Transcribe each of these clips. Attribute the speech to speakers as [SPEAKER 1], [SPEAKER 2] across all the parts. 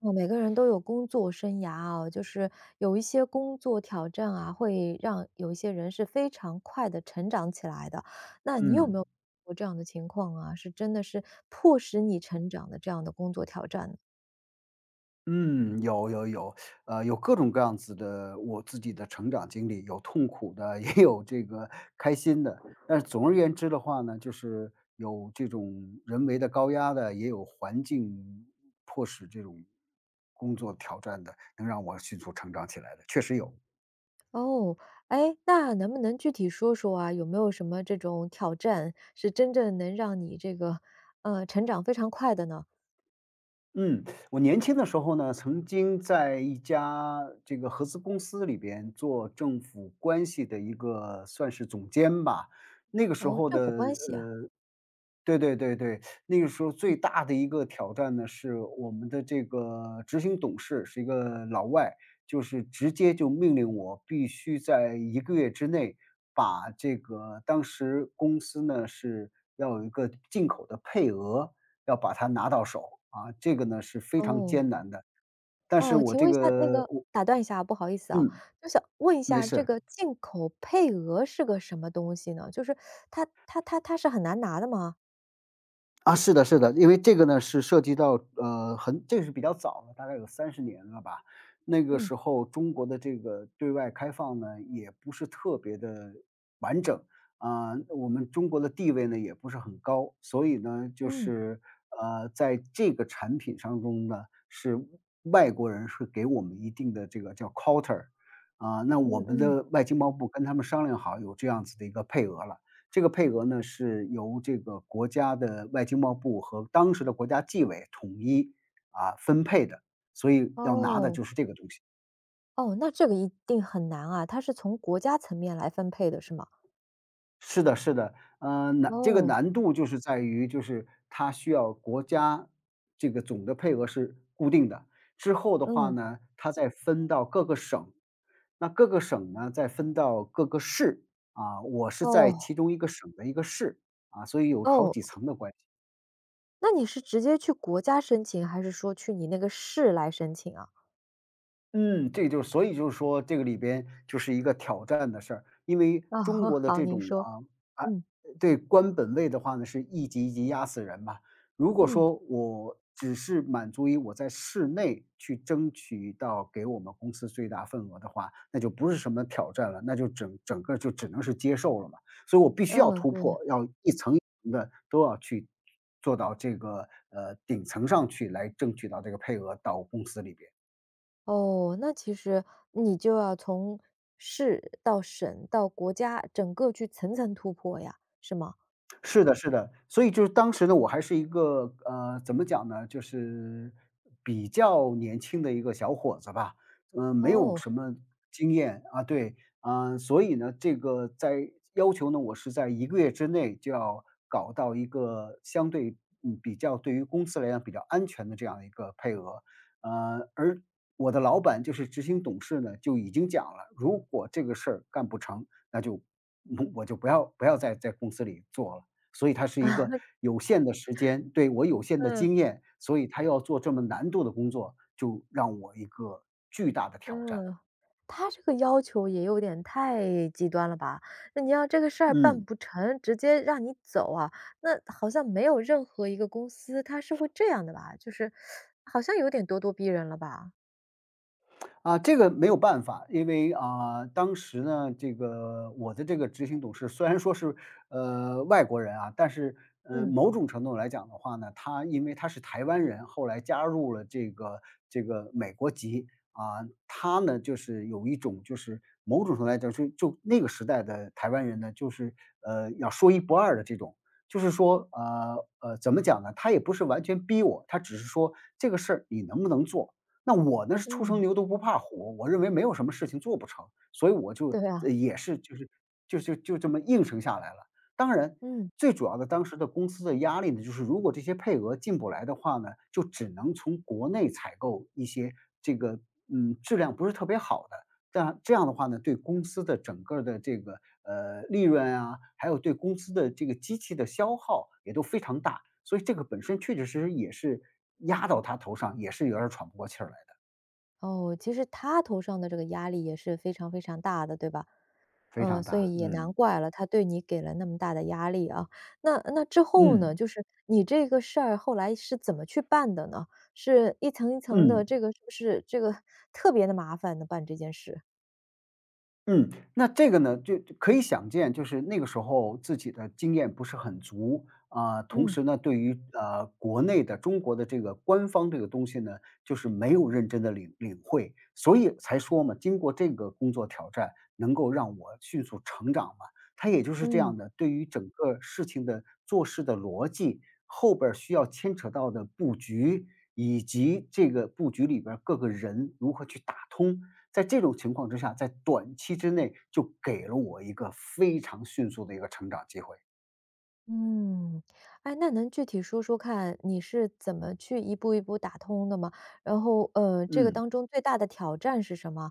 [SPEAKER 1] 哦，每个人都有工作生涯啊，就是有一些工作挑战啊，会让有一些人是非常快的成长起来的。那你有没
[SPEAKER 2] 嗯
[SPEAKER 1] 有过这样的情况啊？是真的是迫使你成长的这样的工作挑战呢？
[SPEAKER 2] 嗯，有有有，有各种各样子的我自己的成长经历，有痛苦的，也有这个开心的。但是总而言之的话呢，就是有这种人为的高压的，也有环境迫使这种工作挑战的，能让我迅速成长起来的，确实有。
[SPEAKER 1] 哦，哎，那能不能具体说说啊，有没有什么这种挑战是真正能让你这个，成长非常快的呢？
[SPEAKER 2] 嗯，我年轻的时候呢，曾经在一家这个合资公司里边做政府关系的一个算是总监吧。那个时
[SPEAKER 1] 哦，
[SPEAKER 2] 候
[SPEAKER 1] 政
[SPEAKER 2] 的
[SPEAKER 1] 府关系啊，
[SPEAKER 2] 呃，对对对对，那个时候最大的一个挑战呢，是我们的这个执行董事是一个老外，就是直接就命令我必须在一个月之内把这个当时公司呢是要有一个进口的配额，要把它拿到手，啊，这个呢是非常
[SPEAKER 1] 哦。
[SPEAKER 2] 艰难的。但是
[SPEAKER 1] 哦，
[SPEAKER 2] 我
[SPEAKER 1] 请
[SPEAKER 2] 这
[SPEAKER 1] 问一下那
[SPEAKER 2] 个
[SPEAKER 1] 个
[SPEAKER 2] 我
[SPEAKER 1] 打断一下啊不好意思啊，
[SPEAKER 2] 嗯，
[SPEAKER 1] 就想问一
[SPEAKER 2] 没
[SPEAKER 1] 下这
[SPEAKER 2] 事。
[SPEAKER 1] 个进口配额是个什么东西呢？就是它是很难拿的吗？
[SPEAKER 2] 啊，是的是的，因为这个呢是涉及到这个是比较早了，大概有30年了吧。那个
[SPEAKER 1] 嗯，
[SPEAKER 2] 时候中国的这个对外开放呢，也不是特别的完整，啊，我们中国的地位呢也不是很高，所以呢，就
[SPEAKER 1] 嗯，
[SPEAKER 2] 是，在这个产品当中呢，是外国人是给我们一定的这个叫 quota，啊，那
[SPEAKER 1] 嗯
[SPEAKER 2] 我们
[SPEAKER 1] 嗯，
[SPEAKER 2] 的外经贸部跟他们商量好有这样子的一个配额了。这个配额呢，是由这个国家的外经贸部和当时的国家纪委统一，啊，分配的，所以要拿的
[SPEAKER 1] 哦，
[SPEAKER 2] 就是这个东西。
[SPEAKER 1] 哦，那这个一定很难啊，它是从国家层面来分配的是吗？
[SPEAKER 2] 是的是的，这个
[SPEAKER 1] 哦，
[SPEAKER 2] 难度就是在于，就是它需要国家这个总的配额是固定的，之后的话
[SPEAKER 1] 嗯，
[SPEAKER 2] 呢，它再分到各个省，那各个省呢，再分到各个市，啊，我是在
[SPEAKER 1] 哦，
[SPEAKER 2] 其中一个省的一个市，啊，所以有好
[SPEAKER 1] 哦，
[SPEAKER 2] 几层的关系。
[SPEAKER 1] 那你是直接去国家申请，还是说去你那个市来申请啊？
[SPEAKER 2] 嗯，这个就是所以就是说这个里边就是一个挑战的事儿，因为
[SPEAKER 1] 啊，
[SPEAKER 2] 中国 的
[SPEAKER 1] 好，
[SPEAKER 2] 这
[SPEAKER 1] 您
[SPEAKER 2] 种
[SPEAKER 1] 说，
[SPEAKER 2] 啊啊，
[SPEAKER 1] 嗯，
[SPEAKER 2] 对官本位的话呢，是一级一级压死人嘛。如果
[SPEAKER 1] 嗯，
[SPEAKER 2] 说我只是满足于我在市内去争取到给我们公司最大份额的话，那就不是什么挑战了，那就整个就只能是接受了嘛。所以我必须要
[SPEAKER 1] 嗯，
[SPEAKER 2] 突
[SPEAKER 1] 对。
[SPEAKER 2] 破，要一层一层的都要去做到这个顶层上去，来争取到这个配额到公司里边。
[SPEAKER 1] 哦，那其实你就要从市到省到国家，整个去层层突破呀，是吗？
[SPEAKER 2] 是的，是的，所以就是当时呢，我还是一个怎么讲呢，就是比较年轻的一个小伙子吧，没有
[SPEAKER 1] 哦
[SPEAKER 2] 什 么经验啊，对，啊、所以呢，这个在要求呢，我是在一个月之内就要搞到一个相对比较对于公司来讲比较安全的这样一个配额，而我的老板就是执行董事呢，就已经讲了，如果这个事儿干不成，那就 我就不要再在公司里做了。所以它是一
[SPEAKER 1] 啊，
[SPEAKER 2] 个有限的时间，对，我有限的
[SPEAKER 1] 嗯
[SPEAKER 2] 经验，所以他要做这么难度的工作，就让我一个巨大的挑战，
[SPEAKER 1] 嗯，他这个要求也有点太极端了吧？那你要这个事儿办
[SPEAKER 2] 嗯。
[SPEAKER 1] 不成，直接让你走啊，那好像没有任何一个公司他是会这样的吧？就是好像有点咄咄逼人了吧？
[SPEAKER 2] 啊，这个没有办法，因为啊，当时呢，这个我的这个执行董事虽然说是外国人啊，但是
[SPEAKER 1] 嗯
[SPEAKER 2] 某种程度来讲的话呢，他因为他是台湾人，后来加入了这个美国籍啊，他呢就是有一种就是某种程度来讲，就那个时代的台湾人呢，就是要说一不二的这种。就是说，怎么讲呢？他也不是完全逼我，他只是说这个事儿你能不能做，那我呢是初生
[SPEAKER 1] 嗯，
[SPEAKER 2] 牛犊不怕虎，我认为没有什么事情做不成，所以我就
[SPEAKER 1] 对啊，
[SPEAKER 2] 也是就是就这么应承下来了。当然，
[SPEAKER 1] 嗯。
[SPEAKER 2] 最主要的当时的公司的压力呢，就是如果这些配额进不来的话呢，就只能从国内采购一些这个质量不是特别好的。这样的话呢，对公司的整个的这个利润啊，还有对公司的这个机器的消耗也都非常大，所以这个本身确确实实也是压到他头上，也是有点儿喘不过气儿来。
[SPEAKER 1] 哦，其实他头上的这个压力也是非常非常大的，对吧？
[SPEAKER 2] 非
[SPEAKER 1] 嗯，
[SPEAKER 2] 常
[SPEAKER 1] 所
[SPEAKER 2] 大，
[SPEAKER 1] 以也难
[SPEAKER 2] 嗯。
[SPEAKER 1] 怪了，他对你给了那么大的压力啊。那之后呢，
[SPEAKER 2] 嗯，
[SPEAKER 1] 就是你这个事儿后来是怎么去办的呢？是一层一层的，
[SPEAKER 2] 嗯。
[SPEAKER 1] 这个是不是这个特别的麻烦呢，办这件事？
[SPEAKER 2] 嗯，那这个呢，就可以想见，就是那个时候自己的经验不是很足啊、同
[SPEAKER 1] 嗯。
[SPEAKER 2] 时呢，对于国内的中国的这个官方这个东西呢，就是没有认真的领会，所以才说嘛，经过这个工作挑战，能够让我迅速成长嘛。它也就是这
[SPEAKER 1] 嗯
[SPEAKER 2] 样的，对于整个事情的做事的逻辑，后边儿需要牵扯到的布局，以及这个布局里边儿各个人如何去打通，在这种情况之下，在短期之内就给了我一个非常迅速的一个成长机会。
[SPEAKER 1] 嗯，哎，那能具体说说看，你是怎么去一步一步打通的吗？然后，这个
[SPEAKER 2] 嗯。
[SPEAKER 1] 当中最大的挑战是什么？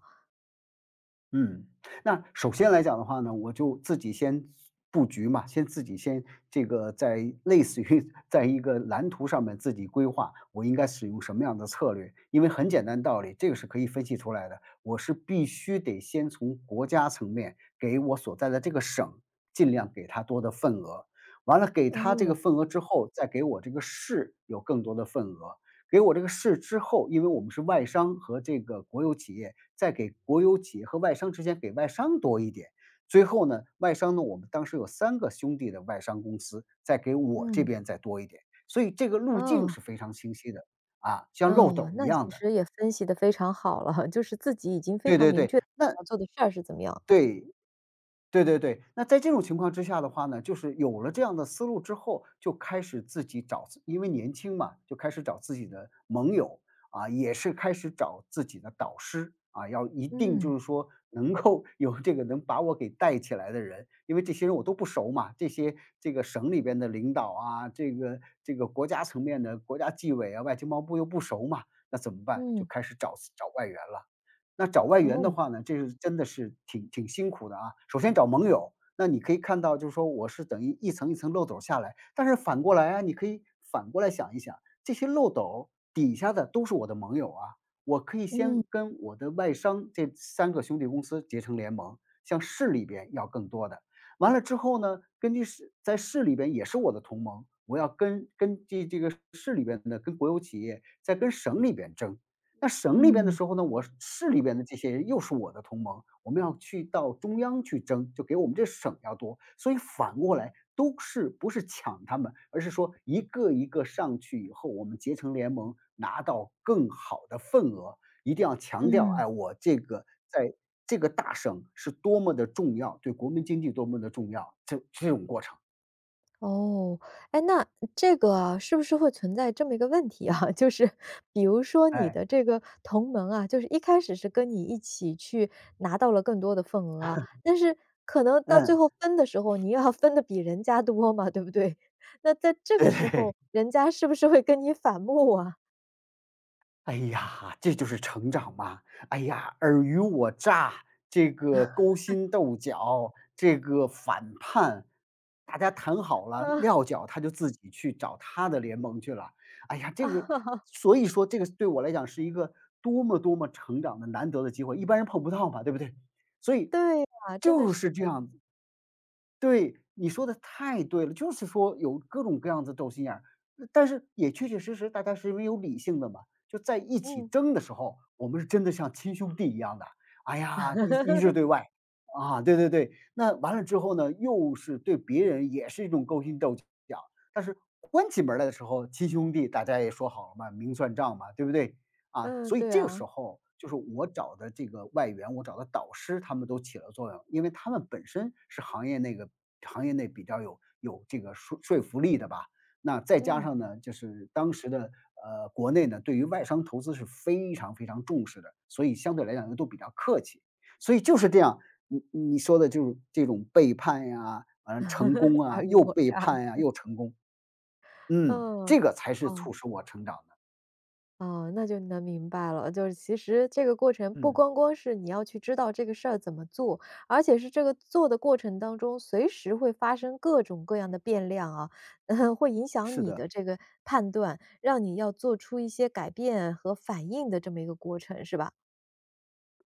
[SPEAKER 2] 嗯，那首先来讲的话呢，我就自己先布局嘛，先自己先这个在类似于 在一个蓝图上面自己规划，我应该使用什么样的策略？因为很简单道理，这个是可以分析出来的。我是必须得先从国家层面给我所在的这个省尽量给他多的份额，完了给他这个
[SPEAKER 1] 哦，
[SPEAKER 2] 份额之后，再给我这个市有更多的份额。给我这个市之后，因为我们是外商和这个国有企业，在给国有企业和外商之间给外商多一点。最后呢，外商呢，我们当时有三个兄弟的外商公司，再给我这
[SPEAKER 1] 嗯，
[SPEAKER 2] 边再多一点，所以这个路径
[SPEAKER 1] 哦。
[SPEAKER 2] 是非常清晰的，啊，像漏
[SPEAKER 1] 嗯，
[SPEAKER 2] 斗一
[SPEAKER 1] 那
[SPEAKER 2] 样
[SPEAKER 1] 其
[SPEAKER 2] 的。
[SPEAKER 1] 实也分析的非常好了，就是自己已经非
[SPEAKER 2] 对
[SPEAKER 1] 常
[SPEAKER 2] 对
[SPEAKER 1] 明
[SPEAKER 2] 对，
[SPEAKER 1] 确
[SPEAKER 2] 那
[SPEAKER 1] 要做的事儿是怎么样。
[SPEAKER 2] 对。对对对，那在这种情况之下的话呢，就是有了这样的思路之后，就开始自己因为年轻嘛，就开始找自己的盟友，啊，也是开始找自己的导师，啊，要一定
[SPEAKER 1] 嗯，
[SPEAKER 2] 就是说能够 有这个能把我给带起来的人，因为这些人我都不熟嘛，这些这个省里边的领导啊，这个国家层面的国家纪委啊，外经贸部又不熟嘛，那怎么办？就
[SPEAKER 1] 嗯，
[SPEAKER 2] 开始找找外援了。那找外援的
[SPEAKER 1] 哦，
[SPEAKER 2] 话呢，这是真的是挺辛苦的啊。首先找盟友，那你可以看到就是说我是等于一层一层漏斗下来，但是反过来啊，你可以反过来想一想，这些漏斗底下的都是我的盟友啊，我可以
[SPEAKER 1] 嗯，
[SPEAKER 2] 先跟我的外商这三个兄弟公司结成联盟，向市里边要更多的。完了之后呢，根据市在市里边也是我的同盟，我要跟这个市里边的跟国有企业，再跟省里边争。那省里边的
[SPEAKER 1] 嗯，
[SPEAKER 2] 时候呢，我市里边的这些人又是我的同盟，我们要去到中央去争，就给我们这省要多。所以反过来都是不是抢他们，而是说一个一个上去以后，我们结成联盟，拿到更好的份额。一定要强调，
[SPEAKER 1] 嗯，
[SPEAKER 2] 哎，我这个在这个大省是多么的重要，对国民经济多么的重要，这种过程，
[SPEAKER 1] 哦。哎，那这个啊是不是会存在这么一个问题啊，就是比如说你
[SPEAKER 2] 哎，
[SPEAKER 1] 的这个同盟啊，就是一开始是跟你一起去拿到了更多的份额啊，但是可能到最
[SPEAKER 2] 嗯，
[SPEAKER 1] 后分的时候，你要分的比人家多嘛，对不对？那在 这个时
[SPEAKER 2] 对。
[SPEAKER 1] 候，人家是不是会跟你反目啊？
[SPEAKER 2] 哎呀，这就是成长嘛！哎呀，尔虞我诈，这个勾心斗角，这个反叛，大家谈好 了，
[SPEAKER 1] 啊？
[SPEAKER 2] 撂脚他就自己去找他的联盟去了。哎呀，
[SPEAKER 1] 啊，
[SPEAKER 2] 这个 所以说这个对我来讲是一个多么多么成长的难得的机会，一般人碰不到嘛，对不对？所以
[SPEAKER 1] 对啊，
[SPEAKER 2] 就是这样子。对，你说的太对了，就是说有各种各样的斗心眼儿，但是也确确实实大家是因为有理性的嘛，就在一起
[SPEAKER 1] 嗯，
[SPEAKER 2] 争的时候，我们是真的像亲兄弟一样的，哎呀，一致对外。啊，对对对，那完了之后呢，又是对别人也是一种勾心斗角，但是关起门儿来的时候，亲兄弟大家也说好了嘛，明算账嘛，对不对？啊，
[SPEAKER 1] 嗯，
[SPEAKER 2] 所以
[SPEAKER 1] 对
[SPEAKER 2] 这个
[SPEAKER 1] 啊，
[SPEAKER 2] 时候就是我找的这个外援，我找的导师，他们都起了作用，因为他们本身是行业内个行业内比较有这个说服力的吧。那再加
[SPEAKER 1] 嗯，
[SPEAKER 2] 上呢，就是当时的国内呢，对于外商投资是非常非常重视的，所以相对来讲呢都比较客气。所以就是这样，你说的就是这种背叛呀，嗯，成功
[SPEAKER 1] 尔
[SPEAKER 2] 啊，
[SPEAKER 1] 虞
[SPEAKER 2] 又
[SPEAKER 1] 我
[SPEAKER 2] 背
[SPEAKER 1] 诈，
[SPEAKER 2] 叛呀，又成功，嗯，
[SPEAKER 1] 嗯，
[SPEAKER 2] 这个才是
[SPEAKER 1] 哦，
[SPEAKER 2] 促使我成长的。
[SPEAKER 1] 哦，那就能明白了。就是其实这个过程不
[SPEAKER 2] 嗯，
[SPEAKER 1] 光光是你要去知道这个事儿怎么做，而且是这个做的过程当中，随时会发生各种各样的变量啊，嗯，会影响
[SPEAKER 2] 是
[SPEAKER 1] 你
[SPEAKER 2] 的。
[SPEAKER 1] 的这个判断，让你要做出一些改变和反应的这么一个过程，是吧？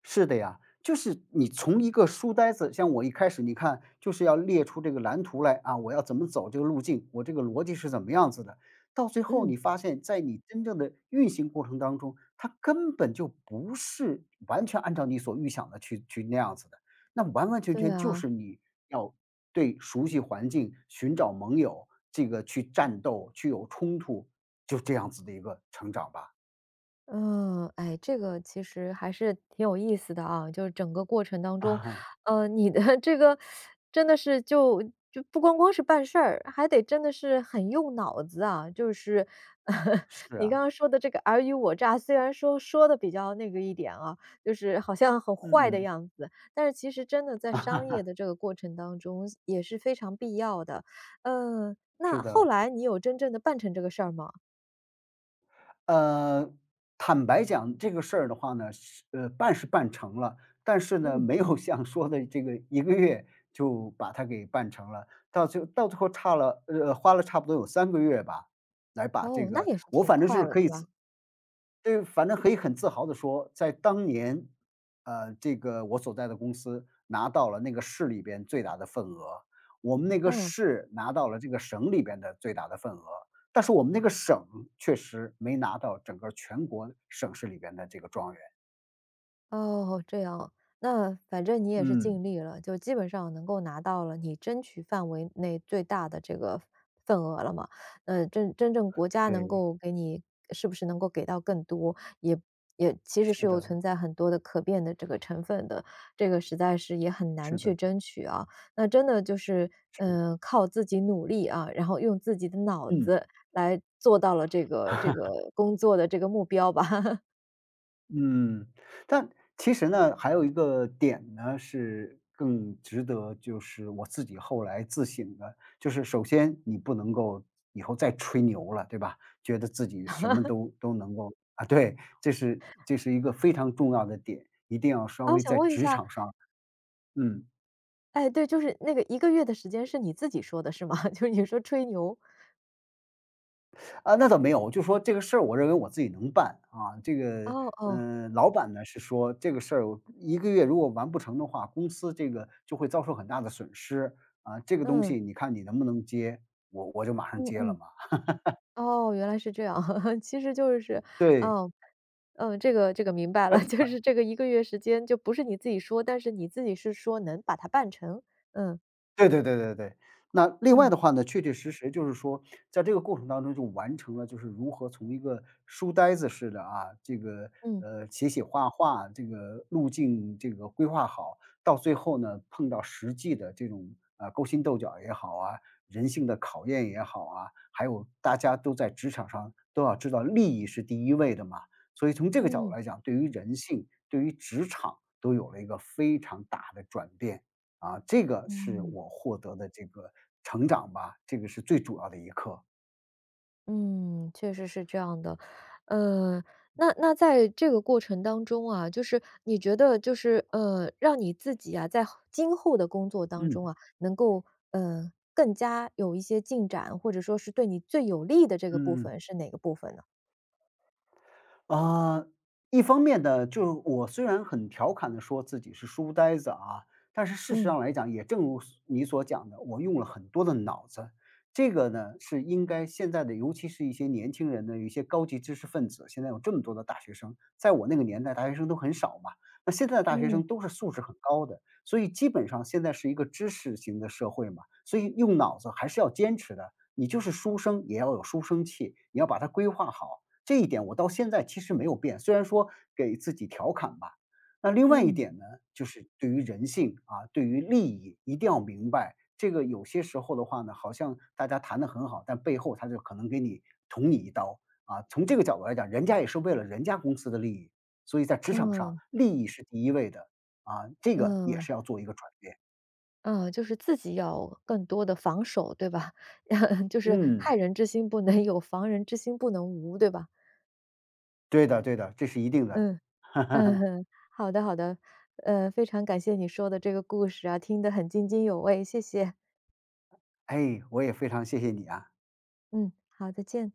[SPEAKER 2] 是的呀，就是你从一个书呆子，像我一开始你看就是要列出这个蓝图来啊，我要怎么走这个路径，我这个逻辑是怎么样子的。到最后
[SPEAKER 1] 嗯，
[SPEAKER 2] 你发现，在你真正的运行过程当中，它根本就不是完全按照你所预想的去那样子的，那完完全
[SPEAKER 1] 对
[SPEAKER 2] 全就
[SPEAKER 1] 啊。
[SPEAKER 2] 是你要对熟悉环境、寻找盟友，这个去战斗、去有冲突，就这样子的一个成长吧。
[SPEAKER 1] 嗯，哎，这个其实还是挺有意思的啊，就是整个过 程当中，
[SPEAKER 2] 啊，
[SPEAKER 1] 你的 这个真的是就不光光是办事儿，还得真的是很用脑子啊。就是
[SPEAKER 2] 是
[SPEAKER 1] 你刚
[SPEAKER 2] 啊，
[SPEAKER 1] 刚说的这个尔虞我诈，虽然说说的比较那个一点啊，就是好像很
[SPEAKER 2] 嗯
[SPEAKER 1] 坏的
[SPEAKER 2] 嗯，
[SPEAKER 1] 样子，但是其实真的在商业的 这个过程当中也是非常必要的。嗯，
[SPEAKER 2] 是
[SPEAKER 1] 那后
[SPEAKER 2] 的。
[SPEAKER 1] 来你有真正的办成这个事儿吗？
[SPEAKER 2] 呃，坦白讲这个事儿的话呢，是办是办成了，但是呢，
[SPEAKER 1] 嗯，
[SPEAKER 2] 没有像说的这个一个月就把它给办成了，到最后差了花了差不多有3个月吧，来把这
[SPEAKER 1] 哦，那
[SPEAKER 2] 个
[SPEAKER 1] 也是
[SPEAKER 2] 我
[SPEAKER 1] 挺
[SPEAKER 2] 反正就
[SPEAKER 1] 快
[SPEAKER 2] 是
[SPEAKER 1] 了，
[SPEAKER 2] 可
[SPEAKER 1] 对
[SPEAKER 2] 以
[SPEAKER 1] 吧？
[SPEAKER 2] 对，反正可以很自豪的说，在当年，这个我所在的公司拿到了那个市里边最大的份额，我们那个
[SPEAKER 1] 嗯，
[SPEAKER 2] 市拿到了这个省里边的最大的份额，但是我们那个省确实没拿到整个全国省市里边的这个状元。
[SPEAKER 1] 哦，这样啊，那反正你也是
[SPEAKER 2] 嗯，
[SPEAKER 1] 尽力了，就基本上能够拿到了你争取范围内最大的这个份额了嘛。真正国家能
[SPEAKER 2] 对，
[SPEAKER 1] 够给你是不是能够给到更多，也也其实是
[SPEAKER 2] 是
[SPEAKER 1] 有
[SPEAKER 2] 的，
[SPEAKER 1] 存在很多的可变的这个成分的，这个实在是也很难
[SPEAKER 2] 是的，
[SPEAKER 1] 去争取啊。那真的就是，
[SPEAKER 2] 是，
[SPEAKER 1] 嗯，靠自己努力啊，然后用自己的脑
[SPEAKER 2] 嗯。
[SPEAKER 1] 子来做到了这个 这个工作的这个目标吧。
[SPEAKER 2] 嗯，但其实呢，还有一个点呢，是更值得就是我自己后来自省的，就是首先你不能够以后再吹牛了，对吧？觉得自己什么都能够啊，对，这是一个非常重要的点，一定要稍
[SPEAKER 1] 啊，我
[SPEAKER 2] 微
[SPEAKER 1] 想
[SPEAKER 2] 在
[SPEAKER 1] 问一
[SPEAKER 2] 职
[SPEAKER 1] 下，
[SPEAKER 2] 场上，嗯。
[SPEAKER 1] 哎，对，就是那个一个月的时间是你自己说的是吗？就是你说吹牛。
[SPEAKER 2] 啊，那倒没有，就说这个事儿，我认为我自己能办啊。这个，
[SPEAKER 1] 哦哦，
[SPEAKER 2] 老板呢是说这个事儿一个月如果完不成的话，公司这个就会遭受很大的损失啊。这个东
[SPEAKER 1] 嗯，
[SPEAKER 2] 西你看你能不能接？我就马上
[SPEAKER 1] 嗯
[SPEAKER 2] 接了
[SPEAKER 1] 嗯，
[SPEAKER 2] 嘛。
[SPEAKER 1] 哦，原来是这样。其实就是，
[SPEAKER 2] 对，
[SPEAKER 1] 嗯嗯，这个明白了，就
[SPEAKER 2] 完
[SPEAKER 1] 是这个一个月时间就不是你自己说，但是你自己是说能把它办成。嗯，
[SPEAKER 2] 对对对对对。那另外
[SPEAKER 1] 嗯，
[SPEAKER 2] 的话呢，确确实实就是说，在这个过程当中就完成了，就是如何从一个书呆子似的啊，这个
[SPEAKER 1] 嗯，
[SPEAKER 2] 写写画画这个路径这个规划好，到最后呢碰到实际的这种啊勾心斗角也好啊，人性的考验也好啊，还有大家都在职场上都要知道利益是第一位的嘛，所以从这个角度
[SPEAKER 1] 嗯，
[SPEAKER 2] 来讲，对于人性、对于职场都有了一个非常大的转变。啊，这个是
[SPEAKER 1] 嗯。
[SPEAKER 2] 我获得的这个成长吧，这个是最主要的一课。
[SPEAKER 1] 嗯，确实是这样的。呃，那在这个过程当中啊，就是你觉得就是，让你自己啊，今后的工作当
[SPEAKER 2] 嗯，
[SPEAKER 1] 中啊，能够，更加有一些进展，或者说是对你最有利的这个部
[SPEAKER 2] 嗯。
[SPEAKER 1] 分是哪个部分呢？
[SPEAKER 2] 啊，一方面呢，就是我虽然很调侃的说自己是书呆子啊，但是事实
[SPEAKER 1] 嗯，
[SPEAKER 2] 上来讲，也正如你所讲的，我用了很多的脑子。这个呢，是应该现在的尤其是一些年轻人呢，有一些高级知识分子，现在有这么多的大学生，在我那个年代，大学生都很少嘛。那现在的大学
[SPEAKER 1] 嗯，
[SPEAKER 2] 生都是素质很高的，所以基本上现在是一个知识型的社会嘛，所以用脑子还是要坚持的。你就是书生也要有书生气，你要把它规划好。这一点我到现在其实没有变，虽然说给自己调侃吧。那另外一
[SPEAKER 1] 嗯，
[SPEAKER 2] 点呢，就是对于人性啊，对于利益一定要明白。这个有些时候的话呢，好像大家谈的很好，但背后他就可能给你捅你一刀啊。从这个角度来讲，人家也是为了人家公司的利益，所以在职场上
[SPEAKER 1] 嗯，
[SPEAKER 2] 利益是第一位的啊，这个也
[SPEAKER 1] 嗯，
[SPEAKER 2] 是要做一个转变。
[SPEAKER 1] 嗯，就是自己要更多的防守，对吧？就是害
[SPEAKER 2] 嗯，
[SPEAKER 1] 人之心不能有，防人之心不能无，对吧？
[SPEAKER 2] 对的对的，这是一定的。
[SPEAKER 1] 嗯。嗯，哼，好的好的，非常感谢你说的这个故事啊，听得很津津有味，谢谢。
[SPEAKER 2] 哎，我也非常谢谢你啊。
[SPEAKER 1] 嗯，好，再见。